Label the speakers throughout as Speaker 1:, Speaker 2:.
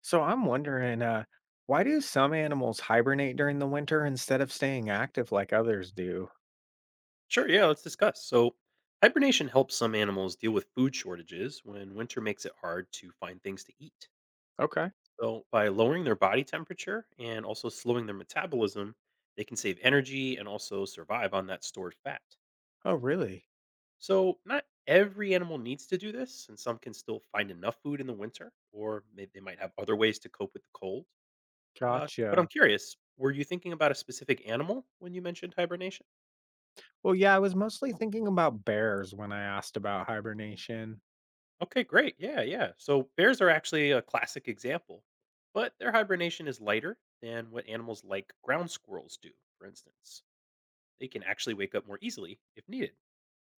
Speaker 1: So I'm wondering, why do some animals hibernate during the winter instead of staying active like others do?
Speaker 2: Sure, yeah, let's discuss. So, hibernation helps some animals deal with food shortages when winter makes it hard to find things to eat.
Speaker 1: Okay.
Speaker 2: So, by lowering their body temperature and also slowing their metabolism, they can save energy and also survive on that stored fat.
Speaker 1: Oh, really?
Speaker 2: So, not every animal needs to do this, and some can still find enough food in the winter, or maybe they might have other ways to cope with the cold. But I'm
Speaker 1: Gotcha.
Speaker 2: curious, were you thinking about a specific animal when you mentioned hibernation?
Speaker 1: Well, yeah, I was mostly thinking about bears when I asked about hibernation.
Speaker 2: Okay, great. Yeah, yeah. So bears are actually a classic example, but their hibernation is lighter than what animals like ground squirrels do, for instance. They can actually wake up more easily if needed.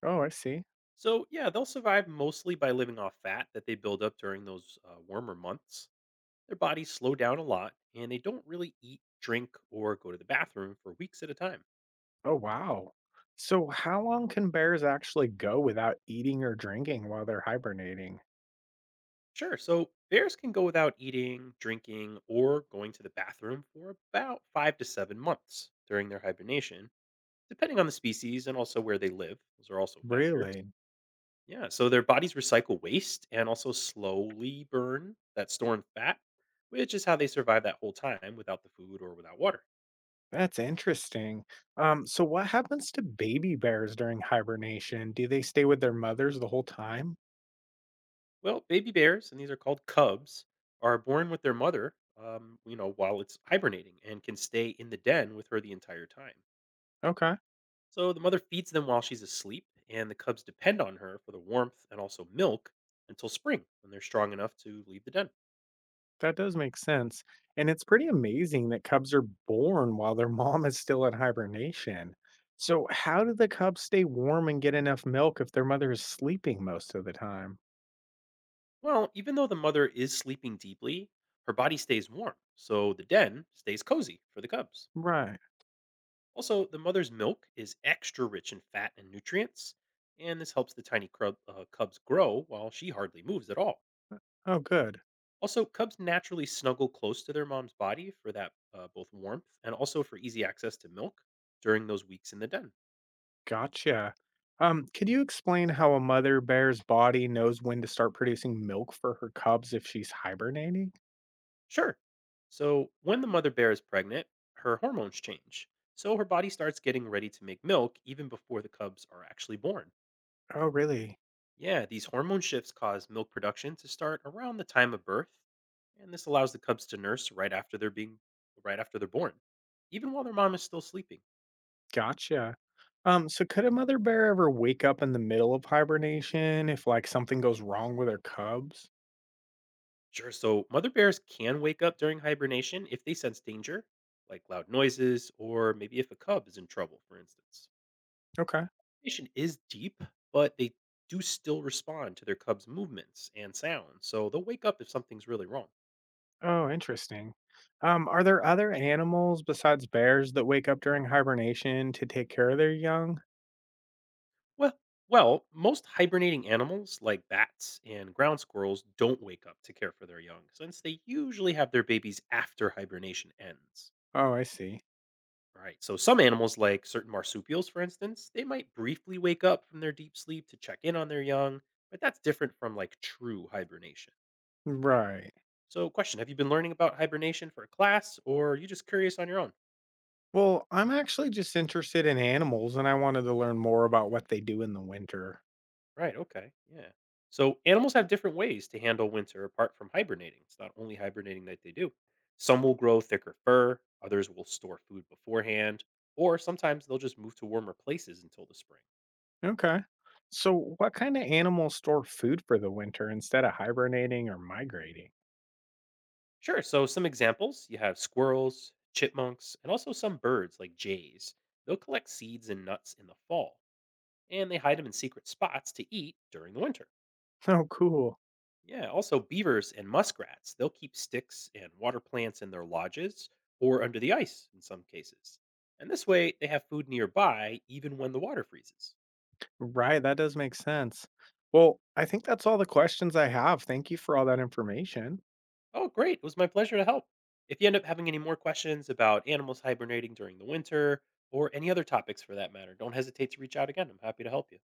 Speaker 1: Oh, I see.
Speaker 2: So, yeah, they'll survive mostly by living off fat that they build up during those warmer months. Their bodies slow down a lot and they don't really eat, drink, or go to the bathroom for weeks at a time.
Speaker 1: Oh, wow. So, how long can bears actually go without eating or drinking while they're hibernating?
Speaker 2: Sure, so bears can go without eating, drinking, or going to the bathroom for about 5 to 7 months during their hibernation, depending on the species and also where they live. Those are also factors.
Speaker 1: Really?
Speaker 2: Yeah, so their bodies recycle waste and also slowly burn that stored fat, which is how they survive that whole time without the food or without water.
Speaker 1: That's interesting. So what happens to baby bears during hibernation? Do they stay with their mothers the whole time?
Speaker 2: Well, baby bears, and these are called cubs, are born with their mother, while it's hibernating, and can stay in the den with her the entire time.
Speaker 1: Okay.
Speaker 2: So the mother feeds them while she's asleep, and the cubs depend on her for the warmth and also milk until spring when they're strong enough to leave the den.
Speaker 1: That does make sense. And it's pretty amazing that cubs are born while their mom is still in hibernation. So, how do the cubs stay warm and get enough milk if their mother is sleeping most of the time?
Speaker 2: Well, even though the mother is sleeping deeply, her body stays warm, so the den stays cozy for the cubs.
Speaker 1: Right.
Speaker 2: Also, the mother's milk is extra rich in fat and nutrients, and this helps the tiny cubs grow while she hardly moves at all.
Speaker 1: Oh, good.
Speaker 2: Also, cubs naturally snuggle close to their mom's body for that both warmth and also for easy access to milk during those weeks in the den.
Speaker 1: Gotcha. Could you explain how a mother bear's body knows when to start producing milk for her cubs if she's hibernating?
Speaker 2: Sure. So, when the mother bear is pregnant, her hormones change. So, her body starts getting ready to make milk even before the cubs are actually born.
Speaker 1: Oh, really?
Speaker 2: Yeah, these hormone shifts cause milk production to start around the time of birth, and this allows the cubs to nurse right after they're born, even while their mom is still sleeping.
Speaker 1: Gotcha. So could a mother bear ever wake up in the middle of hibernation if like something goes wrong with her cubs?
Speaker 2: Sure, so mother bears can wake up during hibernation if they sense danger, like loud noises or maybe if a cub is in trouble, for instance.
Speaker 1: Okay.
Speaker 2: Nation is deep, but they do still respond to their cubs' movements and sounds, so they'll wake up if something's really wrong.
Speaker 1: Oh, interesting. Are there other animals besides bears that wake up during hibernation to take care of their young?
Speaker 2: Well, well, most hibernating animals like bats and ground squirrels don't wake up to care for their young, since they usually have their babies after hibernation ends.
Speaker 1: Oh, I see.
Speaker 2: Right. So some animals, like certain marsupials for instance, they might briefly wake up from their deep sleep to check in on their young, but that's different from like true hibernation.
Speaker 1: Right.
Speaker 2: So question, have you been learning about hibernation for a class, or are you just curious on your own?
Speaker 1: Well, I'm actually just interested in animals and I wanted to learn more about what they do in the winter.
Speaker 2: Right. Okay. Yeah. So animals have different ways to handle winter apart from hibernating. It's not only hibernating that they do. Some will grow thicker fur, others will store food beforehand, or sometimes they'll just move to warmer places until the spring.
Speaker 1: Okay. So, what kind of animals store food for the winter instead of hibernating or migrating?
Speaker 2: Sure. So, some examples you have squirrels, chipmunks, and also some birds like jays. They'll collect seeds and nuts in the fall, and they hide them in secret spots to eat during the winter.
Speaker 1: Oh, cool.
Speaker 2: Yeah, also beavers and muskrats, they'll keep sticks and water plants in their lodges or under the ice in some cases. And this way, they have food nearby even when the water freezes.
Speaker 1: Right. That does make sense. Well, I think that's all the questions I have. Thank you for all that information.
Speaker 2: Oh, great. It was my pleasure to help. If you end up having any more questions about animals hibernating during the winter or any other topics for that matter, don't hesitate to reach out again. I'm happy to help you.